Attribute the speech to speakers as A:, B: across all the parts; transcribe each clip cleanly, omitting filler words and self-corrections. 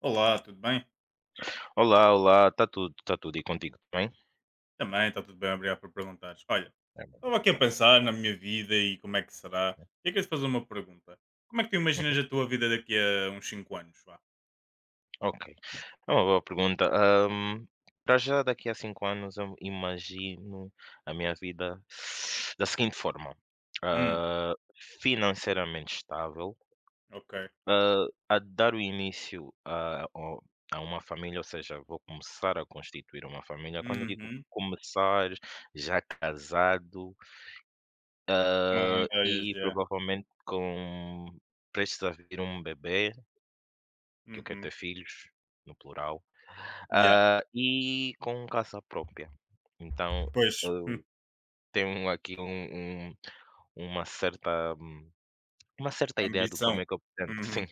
A: Olá, tudo bem?
B: Olá, olá, está tudo e contigo também?
A: Também está tudo bem, obrigado por perguntares. Olha,
B: É muito
A: estava aqui a
B: importante,
A: pensar na minha vida e como é que será.
B: né?
A: E eu queria te fazer uma pergunta. Como é que tu
B: Uhum,
A: imaginas a tua vida daqui a uns 5 anos? Vá.
B: ok. É uma boa pergunta. Para já, daqui a 5 anos eu imagino a minha vida da seguinte forma,
A: Hum,
B: ah, financeiramente estável.
A: ok.
B: Ah, a dar o início a uma família, ou seja, vou começar a constituir uma família. Quando eu digo
A: Uhum.
B: começar, já casado
A: Com ideias,
B: e
A: já.
B: provavelmente com prestes a vir um bebê, que eu quero ter
A: Uhum.
B: filhos, no plural,
A: Já.
B: e com casa própria. Então,
A: Pois. Hum.
B: eu tenho aqui uma certa hum, uma certa ideia de como
A: Ambição.
B: é que eu pretendo,
A: Uhum.
B: sim,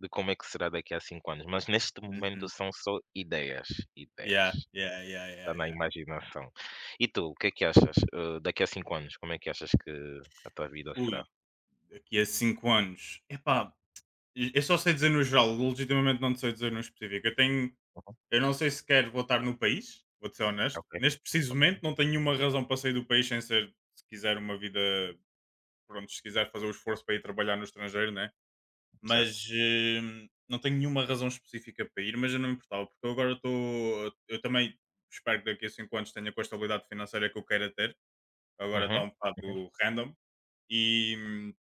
B: de como é que será daqui a 5 anos, mas neste momento
A: Uhum.
B: são só ideias, ideias,
A: Yeah, yeah, yeah,
B: está
A: yeah,
B: na
A: yeah.
B: imaginação. E tu, o que é que achas, daqui a 5 anos, como é que achas que a tua vida
A: Ui,
B: será?
A: daqui a 5 anos. Epá, eu só sei dizer no geral, legitimamente não te sei dizer no específico. Eu tenho.
B: Uhum,
A: Eu não sei se quero voltar no país, vou-te ser honesto.
B: ok,
A: Neste preciso
B: ok,
A: momento, não tenho nenhuma razão para sair do país sem ser, se quiser, uma vida. Pronto, se quiser fazer o esforço para ir trabalhar no estrangeiro, né?
B: certo.
A: Mas não tenho nenhuma razão específica para ir, mas eu não me importava, porque eu agora estou. Eu também espero que daqui a 5 anos tenha com a estabilidade financeira que eu queira ter. Agora está
B: Uhum,
A: um
B: uhum.
A: bocado random. E, hum,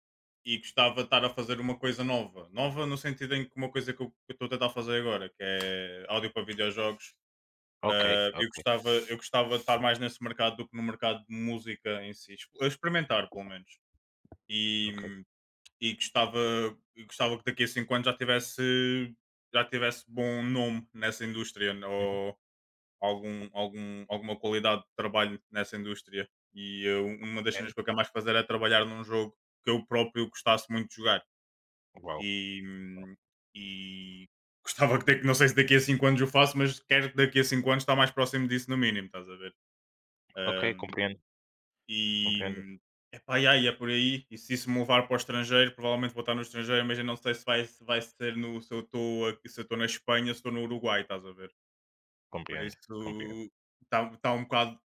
A: e gostava de estar a fazer uma coisa nova. Nova no sentido em que uma coisa que eu estou a tentar fazer agora, que é áudio para videojogos.
B: Ok, ok,
A: Eu gostava de estar mais nesse mercado do que no mercado de música em si. A experimentar pelo menos.
B: ok.
A: E, e gostava, e gostava que daqui a 5 anos já tivesse bom nome nessa indústria, né?
B: Uhum,
A: Ou algum, algum, alguma qualidade de trabalho nessa indústria. E uma das cenas
B: ok.
A: que eu quero mais fazer é trabalhar num jogo que eu próprio gostasse muito de jogar.
B: Uau!
A: E, hum, e gostava que daqui, não sei se daqui a 5 anos o faço, mas quero que daqui a 5 anos estar mais próximo disso no mínimo, estás a ver?
B: Ok,
A: Hum,
B: compreendo,
A: e,
B: compreendo.
A: epá, yeah, e aí, é por aí, e se isso me levar para o estrangeiro, provavelmente vou estar no estrangeiro, mas eu não sei se vai, se vai ser no, se eu estou na Espanha, se estou no Uruguai, estás a ver? Por
B: Compreendo,
A: isso,
B: compreendo.
A: está tá um bocado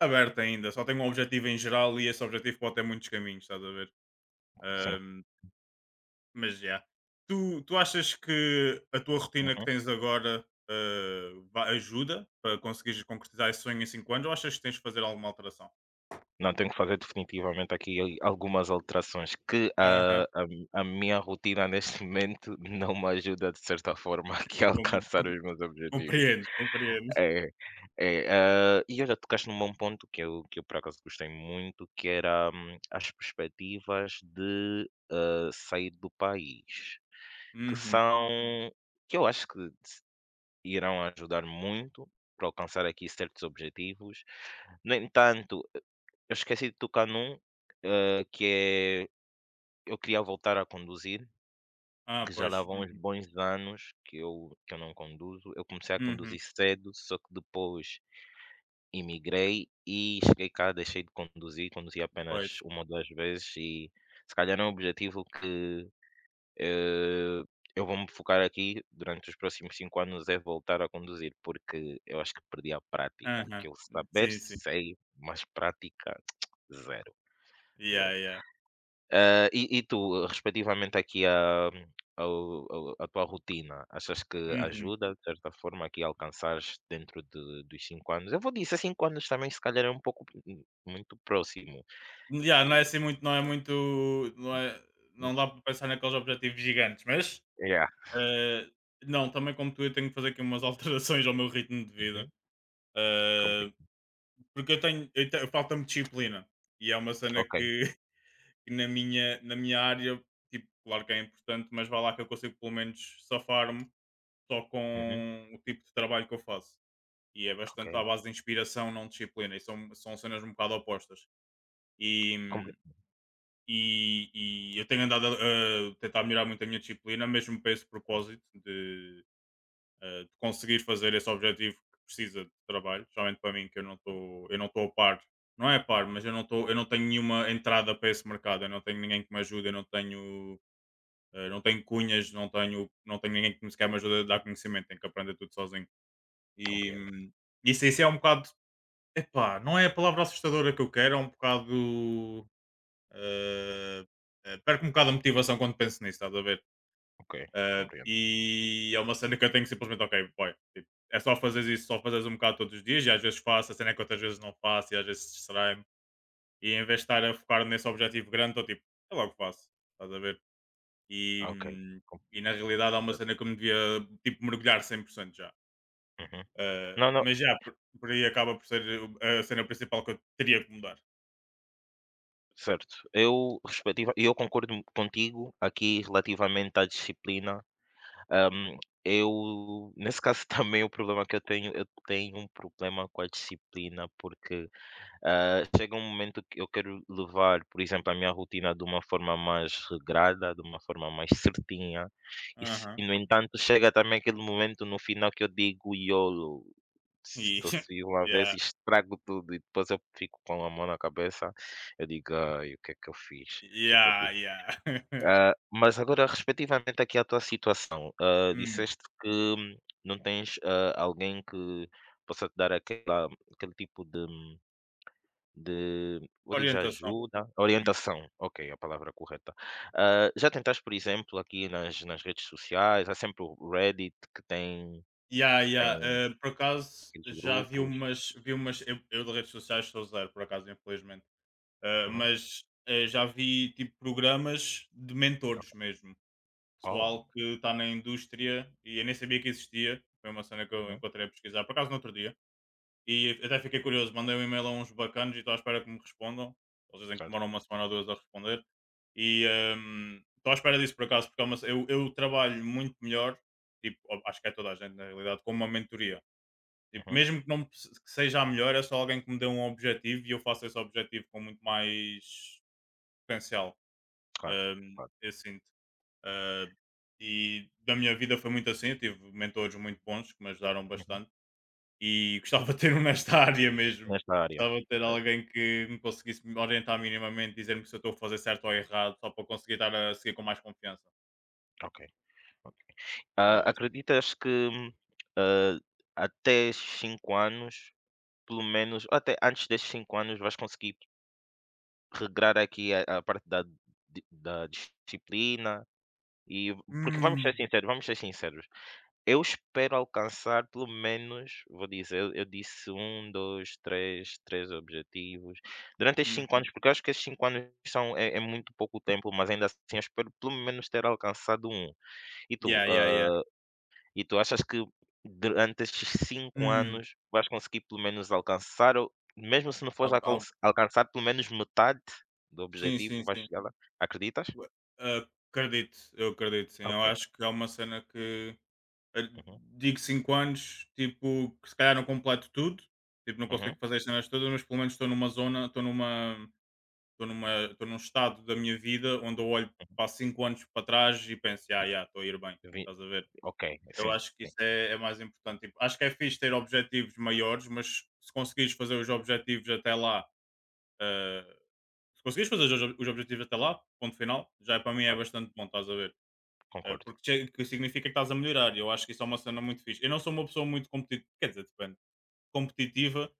A: aberto ainda, só tenho um objetivo em geral e esse objetivo pode ter muitos caminhos, estás a ver?
B: Sim.
A: Hum. Mas já. Tu achas que a tua rotina que
B: Uhum.
A: tens agora ajuda para conseguires concretizar esse sonho em 5 anos ou achas que tens de fazer alguma alteração?
B: Não, tenho que fazer definitivamente aqui algumas alterações, que
A: Aham,
B: a minha rotina neste momento não me ajuda de certa forma, aqui, a
A: com-
B: alcançar os meus objetivos.
A: compreendo, compreendo.
B: É, é, e eu já tocaste num bom ponto que eu por acaso gostei muito, que era, as perspectivas de, sair do país, que
A: Uhum.
B: são que eu acho que irão ajudar muito para alcançar aqui certos objetivos. No entanto, eu esqueci de tocar num, que é, eu queria voltar a conduzir,
A: Ah,
B: que já lá
A: pois.
B: vão
A: Uhum.
B: uns bons anos que eu não conduzo. Eu comecei a
A: Uhum.
B: conduzir cedo, só que depois imigrei e cheguei cá, deixei de conduzir, conduzi apenas
A: Pois.
B: uma ou 2 vezes, e se calhar é um objetivo que, eh, eu vou me focar aqui durante os próximos 5 anos, é voltar a conduzir, porque eu acho que perdi a prática, que
A: Aham.
B: eu saber
A: Sim, sim.
B: sei, mas prática zero,
A: Yeah,
B: zero.
A: yeah.
B: E, tu, respectivamente aqui à tua rotina, achas que
A: Uhum.
B: ajuda, de certa forma, aqui, a alcançares dentro dos 5 anos? Eu vou dizer 5 anos também, se calhar é um pouco, muito próximo.
A: Yeah, não é assim muito. Não, é,
B: Hum,
A: não dá para pensar naqueles objetivos gigantes, mas
B: Yeah.
A: eh, não, também como tu eu tenho que fazer aqui umas alterações ao meu ritmo de vida.
B: Uhum. compre-
A: Eh, Porque eu tenho, falta-me disciplina. E é uma cena
B: Ok.
A: que, na minha área, tipo, claro que é importante, mas vai lá que eu consigo pelo menos safar-me só
B: Uhum.
A: com o tipo de trabalho que eu faço. E é bastante à
B: Ok.
A: base de inspiração, não de disciplina. E são, são cenas um bocado opostas. E,
B: compre-
A: e, e eu tenho andado a tentar melhorar muito a minha disciplina, mesmo para esse
B: uhum.
A: propósito, de conseguir fazer esse objetivo que precisa de trabalho, geralmente para mim que eu não estou a par, não é a par, mas eu não estou, eu não tenho nenhuma entrada para esse mercado, eu não tenho ninguém que me ajude, eu não tenho, não tenho cunhas, não tenho, não tenho ninguém que me sequer me ajude a dar conhecimento, tenho que aprender tudo sozinho. E
B: Compreendo.
A: isso, isso é um bocado, epá, não é a palavra assustadora que eu quero, é um bocado eh, perco um bocado a motivação quando penso nisso, estás a ver?
B: Ok.
A: Ah,
B: Compreendo.
A: e é uma cena que eu tenho que simplesmente, ok, boy, tipo, é só fazer isso, só fazeres um bocado todos os dias, e às vezes faço, a cena é que outras vezes não faço, e às vezes distrai-me, e em vez de estar a focar nesse objetivo grande, estou tipo, é logo faço, estás a ver? E,
B: Ok.
A: hum,
B: com-
A: e na realidade é uma
B: Certo,
A: cena que eu me devia, tipo, mergulhar 100% já.
B: uhum.
A: Ah,
B: Não, não.
A: mas já, por aí acaba por ser a cena principal que eu teria que mudar.
B: Certo. Eu, concordo contigo aqui relativamente à disciplina. Hum, eu, nesse caso, também, o problema que eu tenho um problema com a disciplina, porque, chega um momento que eu quero levar, por exemplo, a minha rotina de uma forma mais regrada, de uma forma mais certinha,
A: Aham.
B: e, no entanto, chega também aquele momento no final que eu digo: "Iolo,
A: E,
B: só se vive uma vez",
A: yeah,
B: e estrago tudo, e depois eu fico com a mão na cabeça, eu digo: "Ai, o que é que eu fiz? O que é que eu
A: yeah,
B: fiz?".
A: yeah.
B: Mas agora, respectivamente aqui à tua situação,
A: Hum.
B: disseste que, não tens, alguém que possa te dar aquela, aquele tipo de, vou dizer,
A: Orientação.
B: ajuda, orientação, ok, a palavra correta. Já tentaste, por exemplo, aqui nas redes sociais? Há sempre o Reddit,
A: Yeah,
B: que
A: yeah.
B: tem
A: Por acaso
B: aqueles
A: já vi
B: grupos.
A: umas, vi umas. Eu de redes sociais sou zero, por acaso, infelizmente.
B: Uhum,
A: Mas já vi tipo programas de
B: ok.
A: mentores mesmo.
B: Oh,
A: Pessoal que está na indústria e eu nem sabia que existia. Foi uma cena que eu
B: uhum,
A: encontrei a pesquisar, por acaso no outro dia. E até fiquei curioso, mandei um e-mail a uns bacanos e estou à espera que me respondam. Eles dizem que
B: certo.
A: demoram uma semana ou duas a responder. E estou à espera disso por acaso, porque é uma eu trabalho muito melhor, tipo, ó, acho que é toda a gente na realidade, com uma mentoria. Tipo,
B: Uhum,
A: mesmo que não que seja a melhor, é só alguém que me dê um objetivo e eu faço esse objetivo com muito mais potencial.
B: claro, claro.
A: Eu sinto. Ah, e da minha vida foi muito assim. Eu tive mentores muito bons que me ajudaram
B: Uhum.
A: bastante e gostava de ter um nesta área mesmo.
B: Nesta área,
A: Gostava de ter
B: certo,
A: alguém que me conseguisse me orientar minimamente, dizer-me se eu estou a fazer certo ou errado, só para conseguir estar a seguir com mais confiança.
B: ok. Ok.
A: Era disso.
B: Acreditas que, ah, até 5 anos, pelo menos, ou até antes desses 5 anos, vais conseguir regrar aqui a parte da disciplina? E, porque
A: Hum.
B: vamos ser sinceros, eu espero alcançar pelo menos, vou dizer, eu disse um, 2, 3, 3 objetivos durante esses 5
A: Hum.
B: anos, porque eu acho que esses 5 anos são é é muito pouco tempo, mas ainda assim eu espero pelo menos ter alcançado um. E tu,
A: Yeah, yeah, yeah.
B: ah E tu achas que durante estes 5
A: Hum.
B: anos vais conseguir pelo menos alcançar, ou mesmo se não fores
A: Algo- algo-
B: alcançar, pelo menos metade do
A: Sim,
B: objetivo,
A: sim,
B: vais
A: sim.
B: chegar lá? Acreditas?
A: Ah, acredito, eu acredito, sim. Eu
B: Ok.
A: acho que é uma cena que eh,
B: Uhum,
A: digo 5 anos, tipo, que se calhar não completo tudo, tipo, não
B: uhum,
A: consigo fazer as cenas todas, mas pelo menos estou numa zona, estou numa, estou numa, estou num estado da minha vida onde eu olho
B: uhum.
A: para 5 anos para trás e penso, ah, já, estou a ir bem,
B: Vi
A: estás a ver?
B: Ok,
A: Eu
B: sim,
A: acho que
B: sim,
A: isso é, é mais importante. Tipo, acho que é fixe ter objetivos maiores, mas se conseguires fazer os objetivos até lá, eh, se conseguires fazer os objetivos até lá, ponto final, já é para mim é
B: claro,
A: bastante bom, estás a ver?
B: concordo.
A: Porque que significa que estás a melhorar. E eu acho que isso é uma cena muito fixe. Eu não sou uma pessoa muito competitiva, quer dizer, depende, competitiva,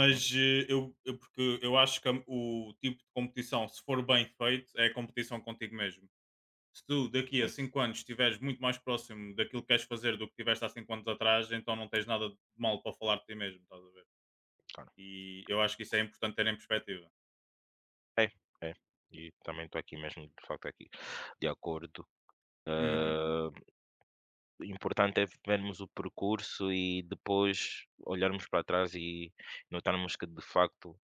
B: Uhum,
A: eu, porque eu acho que o tipo de competição, se for bem feito, é a competição contigo mesmo. Se tu daqui a
B: sim,
A: 5 anos estiveres muito mais próximo daquilo que queres fazer do que estiveste há 5 anos atrás, então não tens nada de mal para falar de ti mesmo, estás a ver?
B: claro.
A: E eu acho que isso é importante ter em perspectiva.
B: É, é. E também estou aqui mesmo, de facto, aqui de acordo.
A: Uhum,
B: Ah, Importante é vermos o percurso e depois olharmos para trás e notarmos que, de facto,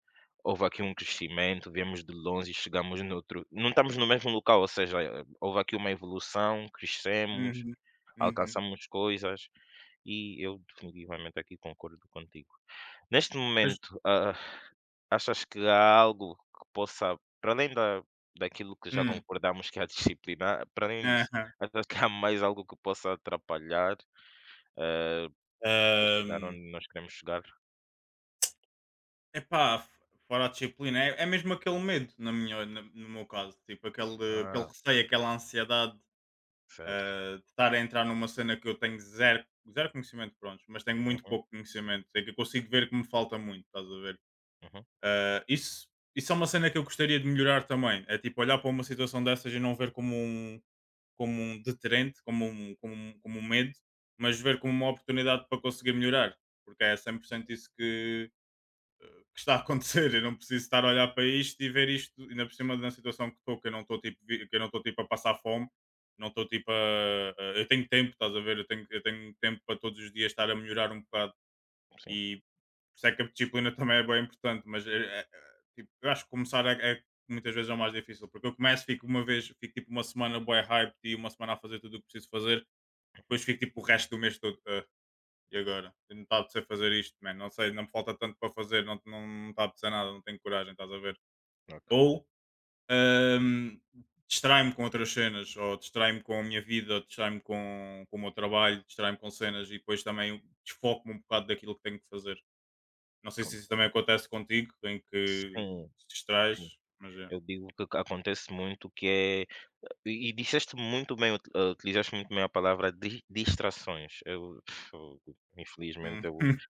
B: houve aqui um crescimento, viemos de longe e chegamos noutro. Não estamos no mesmo local, ou seja, houve aqui uma evolução, crescemos,
A: uhum, uhum.
B: alcançamos coisas, e eu definitivamente aqui concordo contigo. Neste
A: Mas,
B: momento, achas que há algo que possa, para além daquilo que já
A: hum,
B: concordamos que é a disciplina, para além disso, achas que há mais algo que possa atrapalhar? Para chegar
A: aham.
B: onde nós queremos chegar.
A: Epá, fora a disciplina, é, é mesmo aquele medo, no meu caso, tipo, aquele, aquele
B: Ah,
A: receio, aquela ansiedade,
B: certo.
A: ah, de estar a entrar numa cena que eu tenho zero, zero conhecimento, pronto, mas tenho muito
B: Uhum,
A: pouco conhecimento, é que eu consigo ver que me falta muito, estás a ver?
B: uhum,
A: Ah, isso é uma cena que eu gostaria de melhorar também, é tipo, olhar para uma situação dessas e não ver como um deterrente, como um, como, um, como um medo, mas ver como uma oportunidade para conseguir melhorar, porque é 100% isso que está a acontecer. Eu não preciso estar a olhar para isto e ver isto, ainda por cima da situação que estou, que eu não estou tipo, que eu não estou tipo a passar fome, não estou tipo a- eu tenho tempo, estás a ver? Eu tenho tempo para todos os dias estar a melhorar um bocado,
B: sim,
A: e por isso é que a disciplina também é bem importante, mas é- é- é, tipo, eu acho que começar é, é- muitas vezes é o mais difícil, porque eu começo, fico uma vez, fico tipo uma semana boa hype e uma semana a fazer tudo o que preciso fazer,
B: uhum,
A: depois fico tipo o resto do mês todo. E agora? Eu não está a apetecer fazer isto, man. Não sei, não me falta tanto para fazer, não está, não está a apetecer nada, não tenho coragem, estás a ver?
B: ok,
A: Ou hum, distrai-me com outras cenas, ou distrai-me com a minha vida, ou distrai-me com o meu trabalho, distrai-me com cenas e depois também desfoco-me um bocado daquilo que tenho que fazer. Não sei se isso também
B: compreendo.
A: acontece contigo, em que
B: Sim,
A: te
B: sim,
A: distrais, mas é.
B: eu digo que, acontece muito, que é, e disseste muito bem, utilizaste muito bem a palavra, di distrações. Eu, eu, infelizmente,
A: Uhum,
B: eu.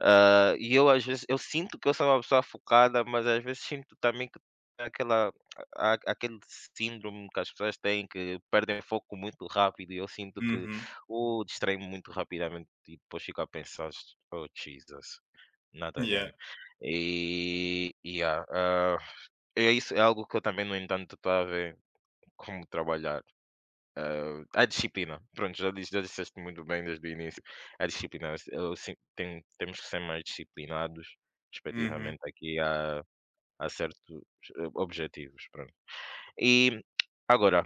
B: E eu às vezes eu sinto que eu sou uma pessoa focada, mas às vezes sinto também que tenho aquele síndrome que as pessoas têm, que perdem foco muito rápido, e eu sinto que,
A: uhum,
B: o distraio-me muito rapidamente, e depois fico a pensar: "Oh Jesus, not
A: yeah.
B: again". E, yeah, é isso, é algo que eu também, no entanto, estou a ver como trabalhar. A disciplina, pronto, já disseste muito bem desde o início. A disciplina, eu sin tem temos que ser mais disciplinados,
A: Uhum,
B: respectivamente aqui a certos, objetivos, pronto. E agora,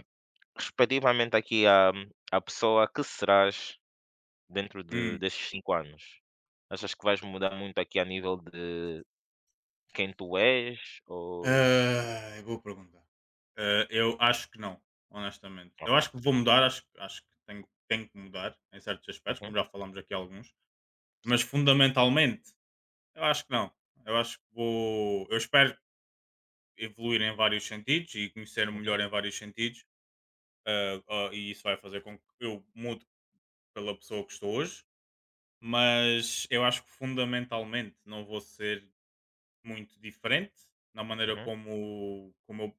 B: respectivamente aqui a pessoa que serás dentro de
A: uhum.
B: destes 5 anos, achas que vais mudar muito aqui a nível de quem tu és, ou
A: Ah, é boa pergunta. Ah, eu acho que não, honestamente. Eu
B: ok,
A: acho que vou mudar, acho, acho que tenho, tenho que mudar em certos aspectos,
B: uhum,
A: como já falámos aqui alguns, mas
B: certo,
A: fundamentalmente eu acho que não. Eu acho que vou. Eu espero evoluir em vários sentidos e conhecer
B: uhum,
A: melhor em vários sentidos, ah, ah, e isso vai fazer com que eu mude pela pessoa que estou hoje, mas eu acho que fundamentalmente não vou ser muito diferente na maneira
B: uhum.
A: como, como eu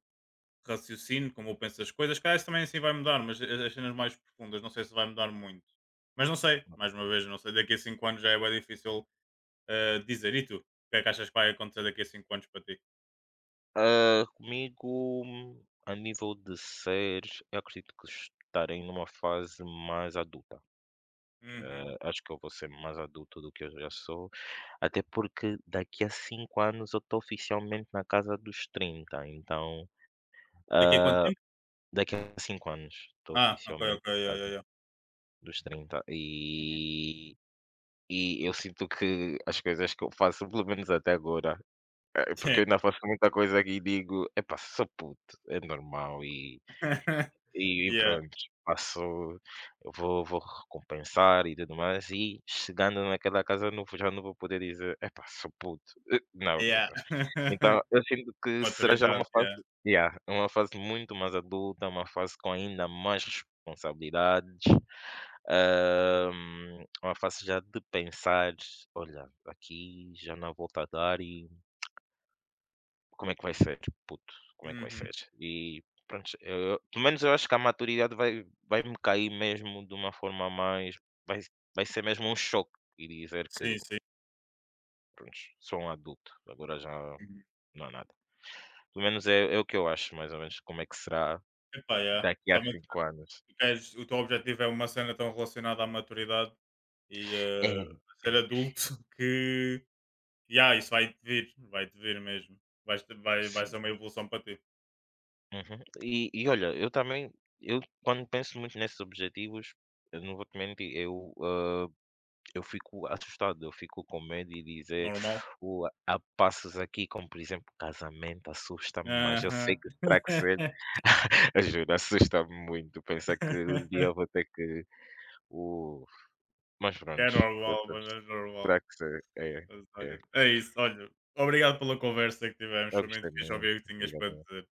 A: raciocínio, como eu penso as coisas. Calhar isso também assim vai mudar, mas as cenas mais profundas, não sei se vai mudar muito. Mas não sei, mais uma vez, não sei. Daqui a cinco anos já é bem difícil dizer. E tu? O que é que achas que vai acontecer daqui a 5 anos para ti?
B: Comigo, a nível de séries, eu acredito que estarei numa fase mais adulta.
A: Uhum.
B: Acho que eu vou ser mais adulto do que eu já sou, até porque daqui a 5 anos eu estou oficialmente na casa dos 30, então,
A: Daqui a quanto
B: ah,
A: tempo?
B: daqui a 5 anos estou
A: Ah, ok,
B: oficialmente
A: ok,
B: na
A: yeah,
B: casa
A: yeah, yeah.
B: dos trinta, e eu sinto que as coisas que eu faço, pelo menos até agora, porque eu ainda faço muita coisa que digo, epá, sou puto, é normal. E
A: yeah,
B: pronto, passo, eu vou recompensar e tudo mais, e chegando naquela casa eu não vou, já não vou poder dizer: "Epá, sou puto". Não, não,
A: yeah.
B: não. Então eu sinto que será já uma
A: Maturidade,
B: fase,
A: yeah.
B: yeah, é uma fase muito mais adulta, uma fase com ainda mais responsabilidades, uma fase já de pensar: "Olha, aqui já não há volta a dar e". Como é que vai ser, puto? Como é que vai ser?
A: Uhum.
B: E pronto, eu, pelo menos, eu acho que a maturidade vai me cair mesmo de uma forma mais. Vai, Vai ser mesmo um choque, e dizer que,
A: Sim, sim.
B: pronto, sou um adulto, agora já
A: Uhum.
B: não há nada. Pelo menos é, o que eu acho, mais ou menos, como é que será
A: Epá, yeah.
B: daqui a
A: Somente
B: cinco anos.
A: quando queres, o teu objetivo é uma cena tão relacionada à maturidade e
B: É,
A: a
B: é,
A: ser adulto que. E ah, isso vai-te vir mesmo. Vai, vai
B: sim.
A: ser uma evolução para ti.
B: Uhum. E, olha, eu também, eu quando penso muito nesses objetivos, eu não vou te mentir, eu. Eu fico assustado, eu fico com medo, e dizer,
A: Normal.
B: o há passos aqui, como por exemplo, casamento, assusta-me, mas eu sei
A: Aham.
B: que terá que ser. Eu juro, assusta-me muito pensar que um dia eu vou ter que o mas
A: Que é
B: prontos,
A: normal,
B: prontos,
A: mano, é normal.
B: terá que ser. É,
A: Mas,
B: é.
A: olha, é isso, olha. Obrigado pela conversa que tivemos.
B: Eu
A: Foi
B: gostei
A: muito fixe
B: muito,
A: ouvir o que tinhas para
B: obrigado.
A: dizer.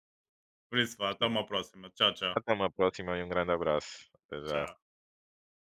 A: Por isso, vá, até uma próxima. Tchau, tchau.
B: Até uma próxima e um grande abraço. Até já.
A: Tchau.